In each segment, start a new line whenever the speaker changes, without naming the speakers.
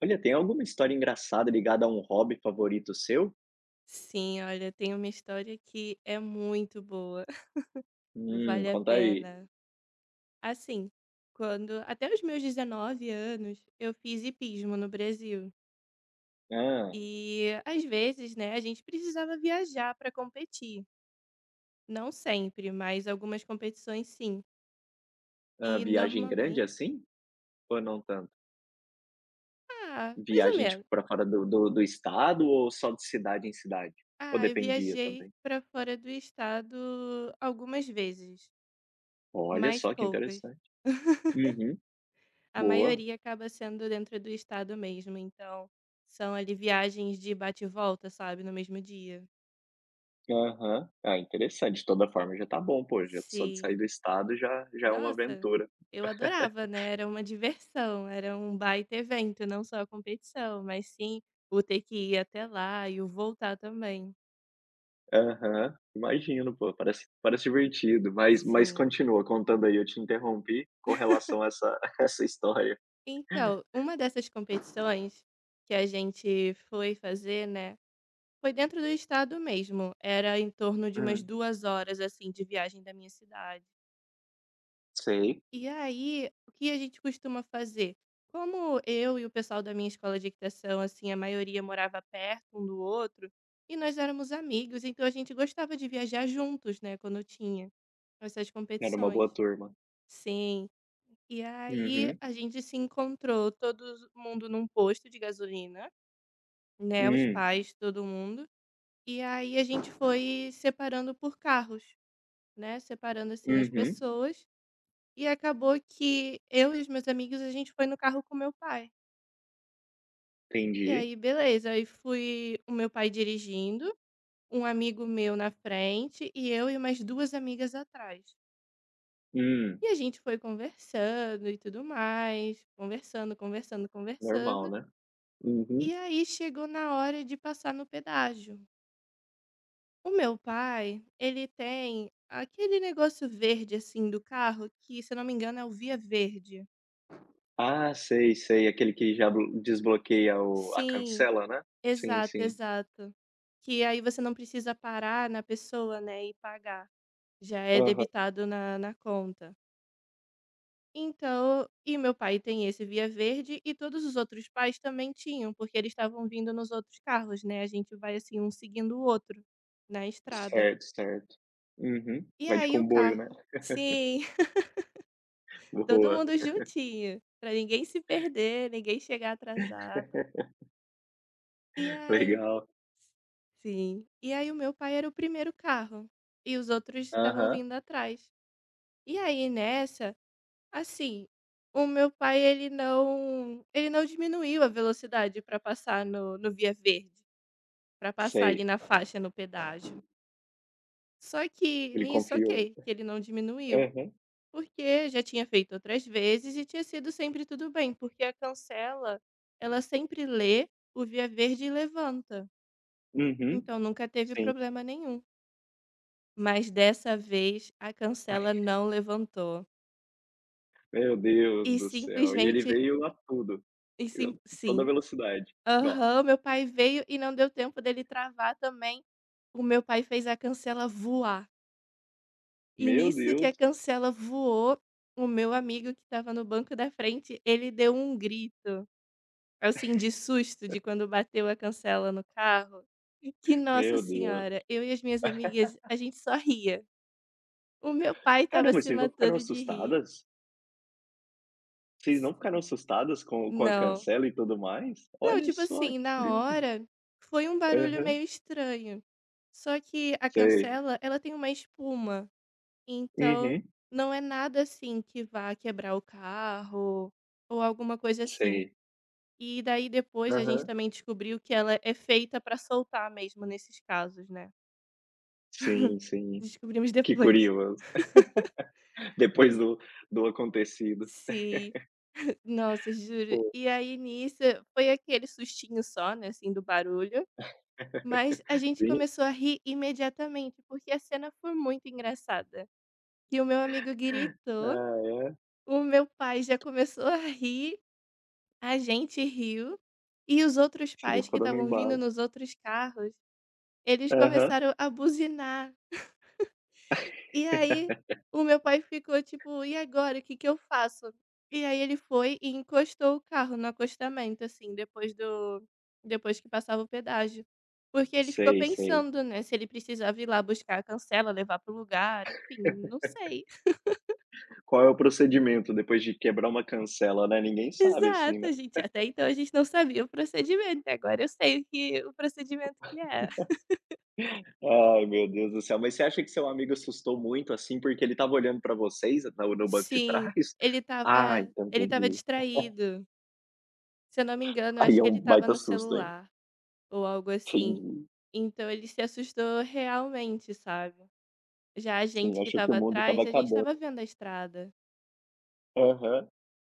Olha, tem alguma história engraçada ligada a um hobby favorito seu?
Sim, olha, tem uma história que é muito boa, vale a
Conta aí.
pena. Assim, quando até os meus 19 anos, eu fiz hipismo no Brasil.
Ah.
E às vezes, né, a gente precisava viajar para competir. Não sempre, mas algumas competições sim.
Hã,
E
viagem grande,
normalmente,
assim? Ou não tanto?
ah, mais ou
Viagem, tipo,
menos.
para fora do do estado ou só de cidade em cidade? Ou
Ah, eu
dependia
viajei
também?
para fora do estado algumas vezes,
Olha
mas
só, que
poucas.
interessante. Uhum.
A
Boa.
maioria acaba sendo dentro do estado mesmo, então são ali viagens de bate e volta, sabe, no mesmo dia.
Aham. Ah, interessante. De toda forma já tá bom, pô, já só de sair
Sim.
do estado já é uma
Nossa,
aventura.
eu adorava, né, era uma diversão, era um baita evento, não só a competição, mas sim o ter que ir até lá e o voltar também.
Aham. Imagino, pô, parece divertido. Mas
Sim.
continua contando aí, eu te interrompi com relação a essa essa história.
Então, uma dessas competições que a gente foi fazer, né, foi dentro do estado mesmo, era em torno de umas
Hum,
2 horas, assim, de viagem da minha cidade.
sei.
E aí, o que a gente costuma fazer? Como eu e o pessoal da minha escola de equitação, assim, a maioria morava perto um do outro, e nós éramos amigos, então a gente gostava de viajar juntos, né, quando tinha essas
Era uma boa
competições.
turma.
Sim. E aí
Uhum.
a gente se encontrou todo mundo num posto de gasolina, né, os
Hum.
pais, todo mundo. E aí a gente foi separando por carros, né, separando assim as
Uhum.
pessoas. E acabou que eu e os meus amigos, a gente foi no carro com meu pai. E
Entendi.
aí, beleza. Aí fui o meu pai dirigindo, um amigo meu na frente e eu e umas duas amigas atrás.
Hum,
E a gente foi conversando e tudo mais, conversando, conversando,
normal,
conversando.
né? Uhum.
E aí chegou na hora de passar no pedágio. O meu pai, ele tem aquele negócio verde assim do carro que, se eu não me engano, é o via verde.
Ah, sei, sei. Aquele que já blo desbloqueia o a
Sim,
cancela, né? Sim,
exato,
sim.
exato. Que aí você não precisa parar na pessoa, né, e pagar. Já é
Aham.
debitado na conta. Então e meu pai tem esse Via Verde e todos os outros pais também tinham, porque eles estavam vindo nos outros carros, né, a gente vai, assim, um seguindo o outro na estrada.
Certo, certo. Uhum.
E
Vai de
aí o
comboio, né?
carro sim, todo
Boa.
mundo juntinho, pra ninguém se perder, ninguém chegar atrasado. E aí
Legal.
sim. E aí o meu pai era o primeiro carro e os outros estavam
Aham.
vindo atrás. E aí nessa, assim, o meu pai ele não diminuiu a velocidade para passar no, no via verde, para passar ali
Sei.
na faixa no pedágio. Só que
Ele
nisso,
confiou.
ok, que ele não diminuiu,
Aham.
porque já tinha feito outras vezes e tinha sido sempre tudo bem, porque a cancela, ela sempre lê o via verde e levanta.
Uhum.
Então nunca teve
Sim.
problema nenhum. Mas dessa vez a cancela não levantou.
Meu Deus
E
do céu. E ele
simplesmente
veio a tudo.
e sim
Veio toda
sim.
velocidade. Nó.
Aham, meu pai veio e não deu tempo dele travar também, o meu pai fez a cancela voar. E
Meu
nisso que
Deus,
a cancela voou, o meu amigo que estava no banco da frente, ele deu um grito, assim, de susto de quando bateu a cancela no carro, que nossa
meu
senhora,
Deus.
eu e as minhas amigas, a gente só ria. O meu pai estava
Caramba,
se
vocês não ficaram
matando de rir.
assustadas? Vocês não ficaram
Sim.
assustadas com a
Não.
cancela e tudo mais?
Não,
Olha
tipo
só,
assim,
que
na
curioso.
hora foi um barulho
Aham,
meio estranho. Só que a
sei.
cancela, ela tem uma espuma, então
Uhum,
não é nada assim que vá quebrar o carro ou alguma coisa assim.
sei.
E daí depois a gente
Aham.
também descobriu que ela é feita pra soltar mesmo nesses casos, né?
Sim, sim.
Descobrimos
Que
depois.
curioso. Depois do acontecido.
Sim. Nossa, juro.
Pô,
E aí nisso foi aquele sustinho só, né, assim, do barulho. Mas a gente
sim.
começou a rir imediatamente, porque a cena foi muito engraçada. Que o meu amigo gritou,
Ah, é?
o meu pai já começou a rir, a gente riu, e os outros
Vocês já
pais que
foram no
estavam vindo
embalo.
nos outros carros, eles
Aham.
começaram a buzinar. E aí, o meu pai ficou tipo: "E agora, o que que eu faço?". E aí ele foi e encostou o carro no acostamento, assim, depois que passava o pedágio. Porque ele ficou
Sei, sei.
pensando, né, se ele precisava ir lá buscar a cancela, levar pro lugar, enfim, não sei.
Qual é o procedimento depois de quebrar uma cancela, né, ninguém sabe assim,
Exato,
né.
a gente até então a gente não sabia o procedimento, agora eu sei o que o procedimento que é.
Ai, meu Deus do céu. Mas você acha que seu amigo assustou muito, assim, porque ele estava olhando pra vocês na no banco de
Sim,
trás?
ele estava
Ah, então
ele estava
entendi.
distraído. Se eu não me engano, eu acho
Aí é
que ele
um
estava
baita
no
susto, hein.
celular. Ou algo assim.
Entendi.
Então ele se assustou realmente, sabe. Já a gente
Sim,
que
achou que o
estava
mundo estava
atrás, a gente
acabando.
estava vendo a estrada.
Aham.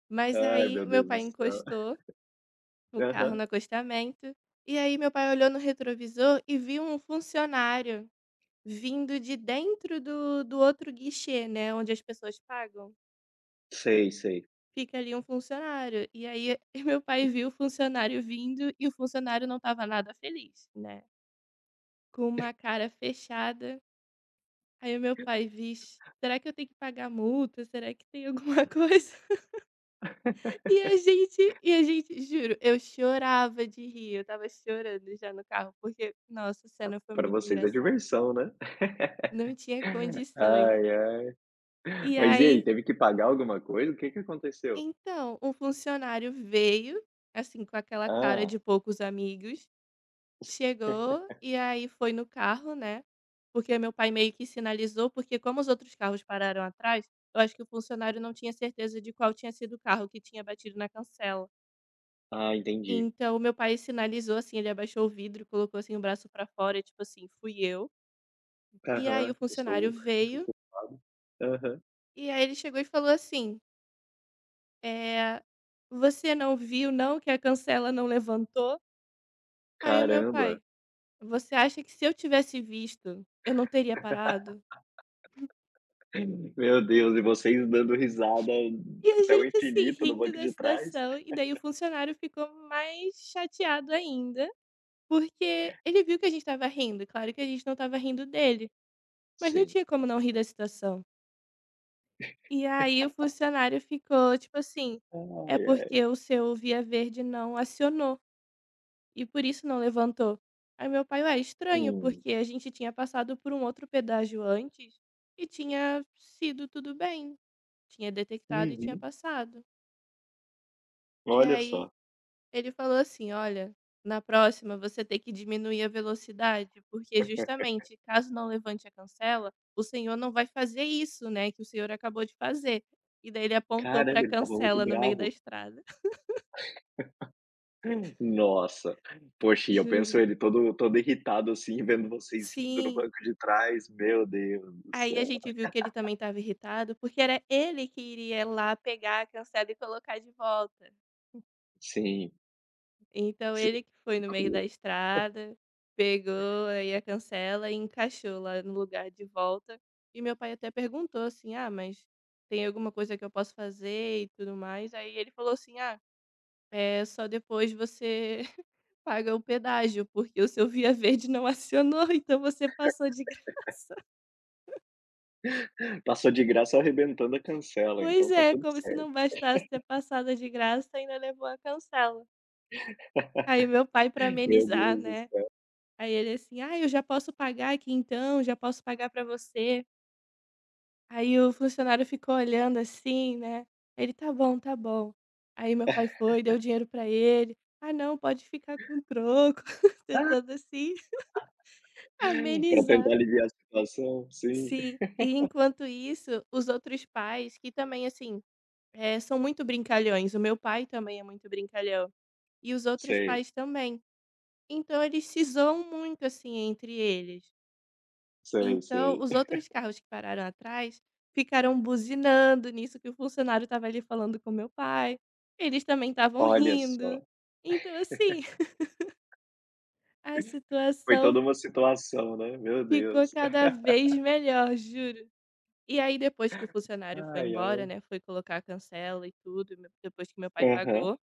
Mas
Ai,
aí
meu
meu
Deus do
pai
céu.
encostou o carro
Aham.
no acostamento, e aí meu pai olhou no retrovisor e viu um funcionário vindo de dentro do outro guichê, né, onde as pessoas pagam.
Sei, sei.
Fica ali um funcionário. E aí meu pai viu o funcionário vindo e o funcionário não estava nada feliz, né, com uma cara fechada. Aí o meu pai: "Vixe, será que eu tenho que pagar multa? Será que tem alguma coisa?" E a gente juro, eu chorava de rir, eu estava chorando já no carro, porque, nossa, a cena foi
Pra
muito
vocês é
engraçada.
diversão, né.
Não tinha condições.
Ai, ai.
E
Mas e aí,
aí,
teve que pagar alguma coisa? O que aconteceu?
então, um funcionário veio, assim, com aquela cara
Ah.
de poucos amigos. Chegou, e aí foi no carro, né, porque meu pai meio que sinalizou, porque como os outros carros pararam atrás, eu acho que o funcionário não tinha certeza de qual tinha sido o carro que tinha batido na cancela.
Ah, entendi.
Então meu pai sinalizou, assim, ele abaixou o vidro, colocou, assim, o braço pra fora, e tipo assim: "Fui eu". E aí o
Aham. Eu
funcionário
sou o
veio,
culpado. Aham.
e aí ele chegou e falou assim, é "Você não viu não que a cancela não levantou?". Aí o meu
Caramba.
pai: "Você acha que se eu tivesse visto, eu não teria parado?".
Meu Deus, e vocês dando risada
E a
até o
gente, assim,
infinito no
rindo
banco
da
de trás?
situação, e daí o funcionário ficou mais chateado ainda, porque ele viu que a gente estava rindo, claro que a gente não estava rindo dele, mas não
Sim.
tinha como não rir da situação. E aí o funcionário ficou tipo assim: "É
Ai, ai.
porque o seu via verde não acionou, e por isso não levantou". Aí meu pai: "Ué, estranho,
Hum.
porque a gente tinha passado por um outro pedágio antes, e tinha sido tudo bem, tinha detectado e tinha
Uhum.
passado". E
Olha
aí
só.
ele falou assim: "Olha, na próxima você tem que diminuir a velocidade, porque justamente caso não levante a cancela, o senhor não vai fazer isso, né, que o senhor acabou de fazer". E daí ele apontou pra
Caramba, ele tava muito
cancela no meio da
bravo.
estrada.
Nossa. Poxa, e eu
Juro.
penso ele todo irritado, assim, vendo vocês rindo no
Sim.
banco de trás. Meu Deus do
Aí a
céu.
gente viu que ele também estava irritado, porque era ele que iria lá pegar a cancela e colocar de volta.
Sim,
Então
sim,
ele que foi no meio da
curioso.
estrada, pegou aí a cancela e encaixou lá no lugar de volta. E meu pai até perguntou assim: "Ah, mas tem alguma coisa que eu posso fazer e tudo mais?" Aí ele falou assim: "Ah, é só depois você paga o pedágio, porque o seu via verde não acionou, então você passou de graça."
Passou de graça arrebentando a cancela,
Pois
então tá
é,
tudo
como se
certo.
não bastasse ter passado de graça, ainda levou a cancela. Aí meu pai para
Meu
amenizar,
Deus do
né.
céu.
Aí ele assim: "Ah, eu já posso pagar aqui então, já posso pagar para você". Aí o funcionário ficou olhando assim, né. Ele: "Tá bom, tá bom". Aí meu pai foi, deu o dinheiro para ele. "Ah não, pode ficar com o troco", tentando assim
Pra tentar
amenizar.
aliviar a situação, sim.
Sim, e enquanto isso, os outros pais que também assim, são muito brincalhões, o meu pai também é muito brincalhão, e os outros
Sei,
pais também. Então eles se zoam muito assim entre eles.
sei,
Então,
sei.
os outros carros que pararam atrás ficaram buzinando nisso que o funcionário estava ali falando com meu pai. Eles também estavam
Olha
rindo.
só,
Então, assim, a
foi
situação
toda uma situação, né, meu
ficou
Deus.
cada vez melhor, juro. E aí, depois que o funcionário foi
Ai,
embora,
ai.
né? Foi colocar a cancela e tudo, depois que meu pai
Aham.
pagou.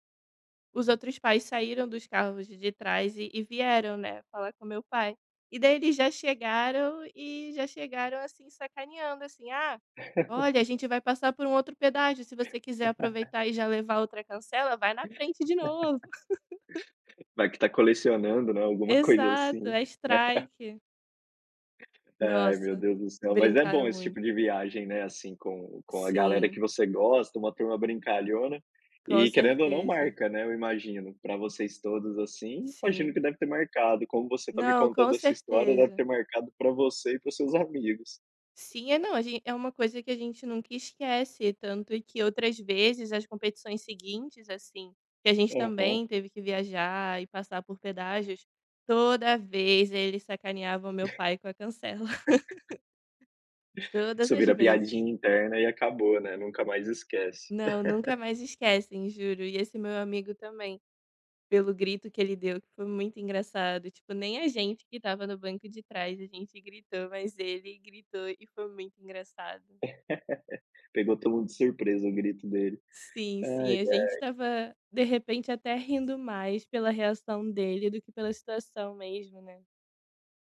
Os outros pais saíram dos carros de trás e vieram, né, falar com meu pai. E daí eles já chegaram, assim, sacaneando, assim: "Ah, olha, a gente vai passar por um outro pedágio, se você quiser aproveitar e já levar outra cancela, vai na frente de novo".
Vai que tá colecionando, né, alguma coisa
Exato,
assim.
é strike.
Ai, meu
Nossa,
Deus do céu, mas é bom
brincaram
esse
muito.
tipo de viagem, né, assim, com a galera
Sim,
que você gosta, uma turma brincalhona,
com
e querendo ou não
certeza.
marca, né, eu imagino. Pra vocês todos, assim, imagino
Sim.
que deve ter marcado, como você tá me
Não, com
contando essa história, deve
certeza.
ter marcado pra você e para seus amigos.
Sim, é não, a gen é uma coisa que a gente nunca esquece, tanto que outras vezes as competições seguintes, assim, que a gente
Aham.
também teve que viajar e passar por pedágios, toda vez ele sacaneava o meu pai com a cancela, todas
Isso
as
vira
vezes.
piadinha interna e acabou, né, nunca mais esquece.
Não, nunca mais esquecem, juro. E esse meu amigo também, pelo grito que ele deu, que foi muito engraçado, tipo, nem a gente que estava no banco de trás, a gente gritou, mas ele gritou e foi muito engraçado.
Pegou todo mundo de surpresa o grito dele.
Sim,
Ai,
sim, a gente estava, de repente, até rindo mais pela reação dele do que pela situação mesmo, né.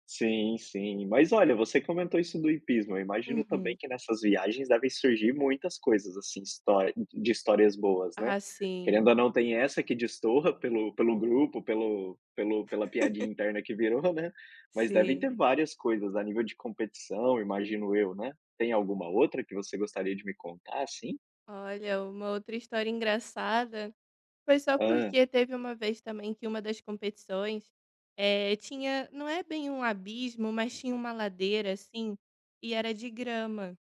sim, sim. Mas olha, você comentou isso do hipismo. Eu imagino também
Uhum.
que nessas viagens devem surgir muitas coisas, assim, histó de histórias boas, né?
Ah, sim,
Querendo ou não, tem essa que destoa pelo grupo, pela piadinha interna que virou, né? Mas devem
sim.
ter várias coisas a nível de competição, imagino eu, né? Tem alguma outra que você gostaria de me contar, assim?
Olha, uma outra história engraçada foi só
Ah,
porque teve uma vez também que uma das competições, tinha não é bem um abismo, mas tinha uma ladeira, assim, e era de grama.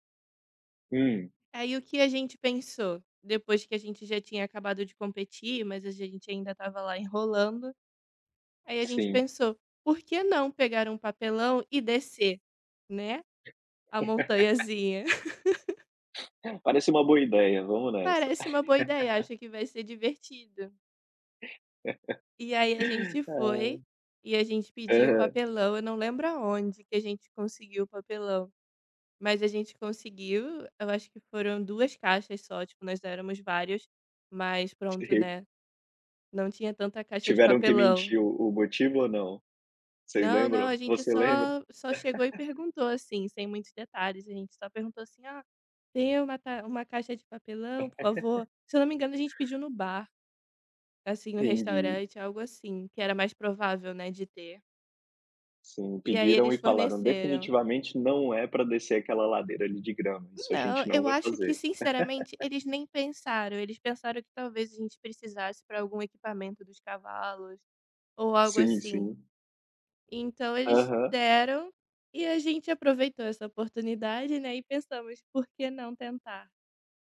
hum,
Aí o que a gente pensou, depois que a gente já tinha acabado de competir, mas a gente ainda estava lá enrolando. Aí a gente
sim.
pensou: "Por que não pegar um papelão e descer, né, a montanhazinha?"
Parece uma boa ideia, vamos nessa.
Parece uma boa ideia, acho que vai ser divertido. E aí a gente foi e a gente pediu o
Aham,
papelão, eu não lembro aonde que a gente conseguiu o papelão, mas a gente conseguiu, eu acho que foram 2 caixas só, tipo, nós éramos vários, mas pronto,
sim.
né, não tinha tanta caixa de
Tiveram que
papelão.
mentir o motivo ou não? Vocês
Não, não,
lembram?
a gente
Você lembra?
só chegou e perguntou, assim, sem muitos detalhes, a gente só perguntou assim: "Ah, tem uma ta uma caixa de papelão, por favor?". Se eu não me engano, a gente pediu no bar, assim, no
Entendi.
restaurante, algo assim, que era mais provável, né, de ter.
Sim,
E aí
pediram
eles
e falaram:
forneceram.
"Definitivamente não é pra descer aquela ladeira ali de grama, isso a
Não,
gente não
eu
vai
acho que,
fazer".
sinceramente, eles nem pensaram, eles pensaram que talvez a gente precisasse para algum equipamento dos cavalos ou algo
Sim, sim.
assim. Então eles
Aham.
deram, e a gente aproveitou essa oportunidade, né, e pensamos: "Por que não tentar?".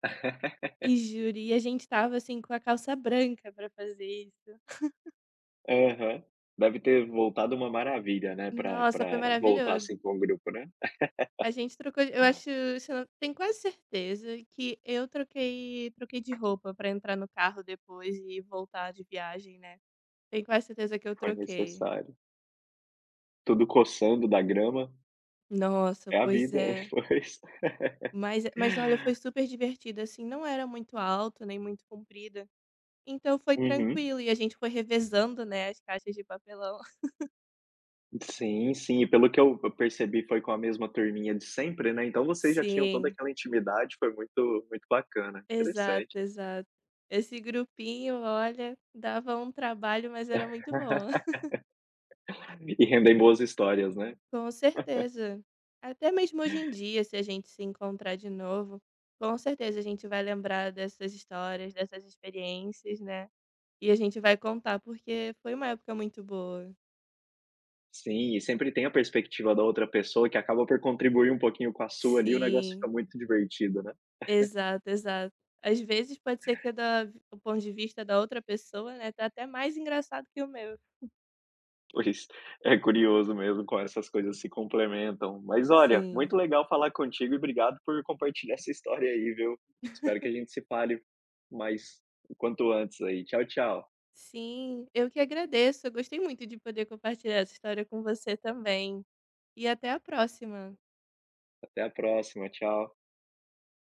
E juro, e a gente estava, assim, com a calça branca pra fazer isso.
Aham. Deve ter voltado uma maravilha, né, pra
Nossa,
pra
foi
voltar,
maravilhoso.
assim, com o grupo, né.
A gente trocou eu acho, se eu não tenho quase certeza que eu troquei de roupa pra entrar no carro depois e voltar de viagem, né. Tenho quase certeza que eu
Foi
troquei.
necessário. Tudo coçando da grama.
Nossa,
É a
pois
vida,
é.
pois.
Mas olha, foi super divertido, assim, não era muito alto, nem muito comprido. Então foi
Uhum.
tranquilo e a gente foi revezando, né, as caixas de papelão.
Sim, sim. E pelo que eu percebi, foi com a mesma turminha de sempre, né, então vocês já tinham toda
Sim.
aquela intimidade, foi muito bacana,
Exato,
interessante.
exato. Esse grupinho, olha, dava um trabalho, mas era muito bom.
E rendem boas histórias, né.
Com certeza. Até mesmo hoje em dia, se a gente se encontrar de novo, com certeza a gente vai lembrar dessas histórias, dessas experiências, né? E a gente vai contar, porque foi uma época muito boa.
Sim, e sempre tem a perspectiva da outra pessoa que acaba por contribuir um pouquinho com a sua ali, o negócio
Sim.
fica muito divertido, né.
Exato, exato. Às vezes pode ser que é da o ponto de vista da outra pessoa, né, tá até mais engraçado que o meu.
Pois, é curioso mesmo como essas coisas se complementam. Mas olha,
Sim.
muito legal falar contigo e obrigado por compartilhar essa história aí, viu. Espero que a gente se fale mais o quanto antes aí. Tchau, tchau.
Sim, eu que agradeço. Eu gostei muito de poder compartilhar essa história com você também. E até a próxima.
Até a próxima, tchau.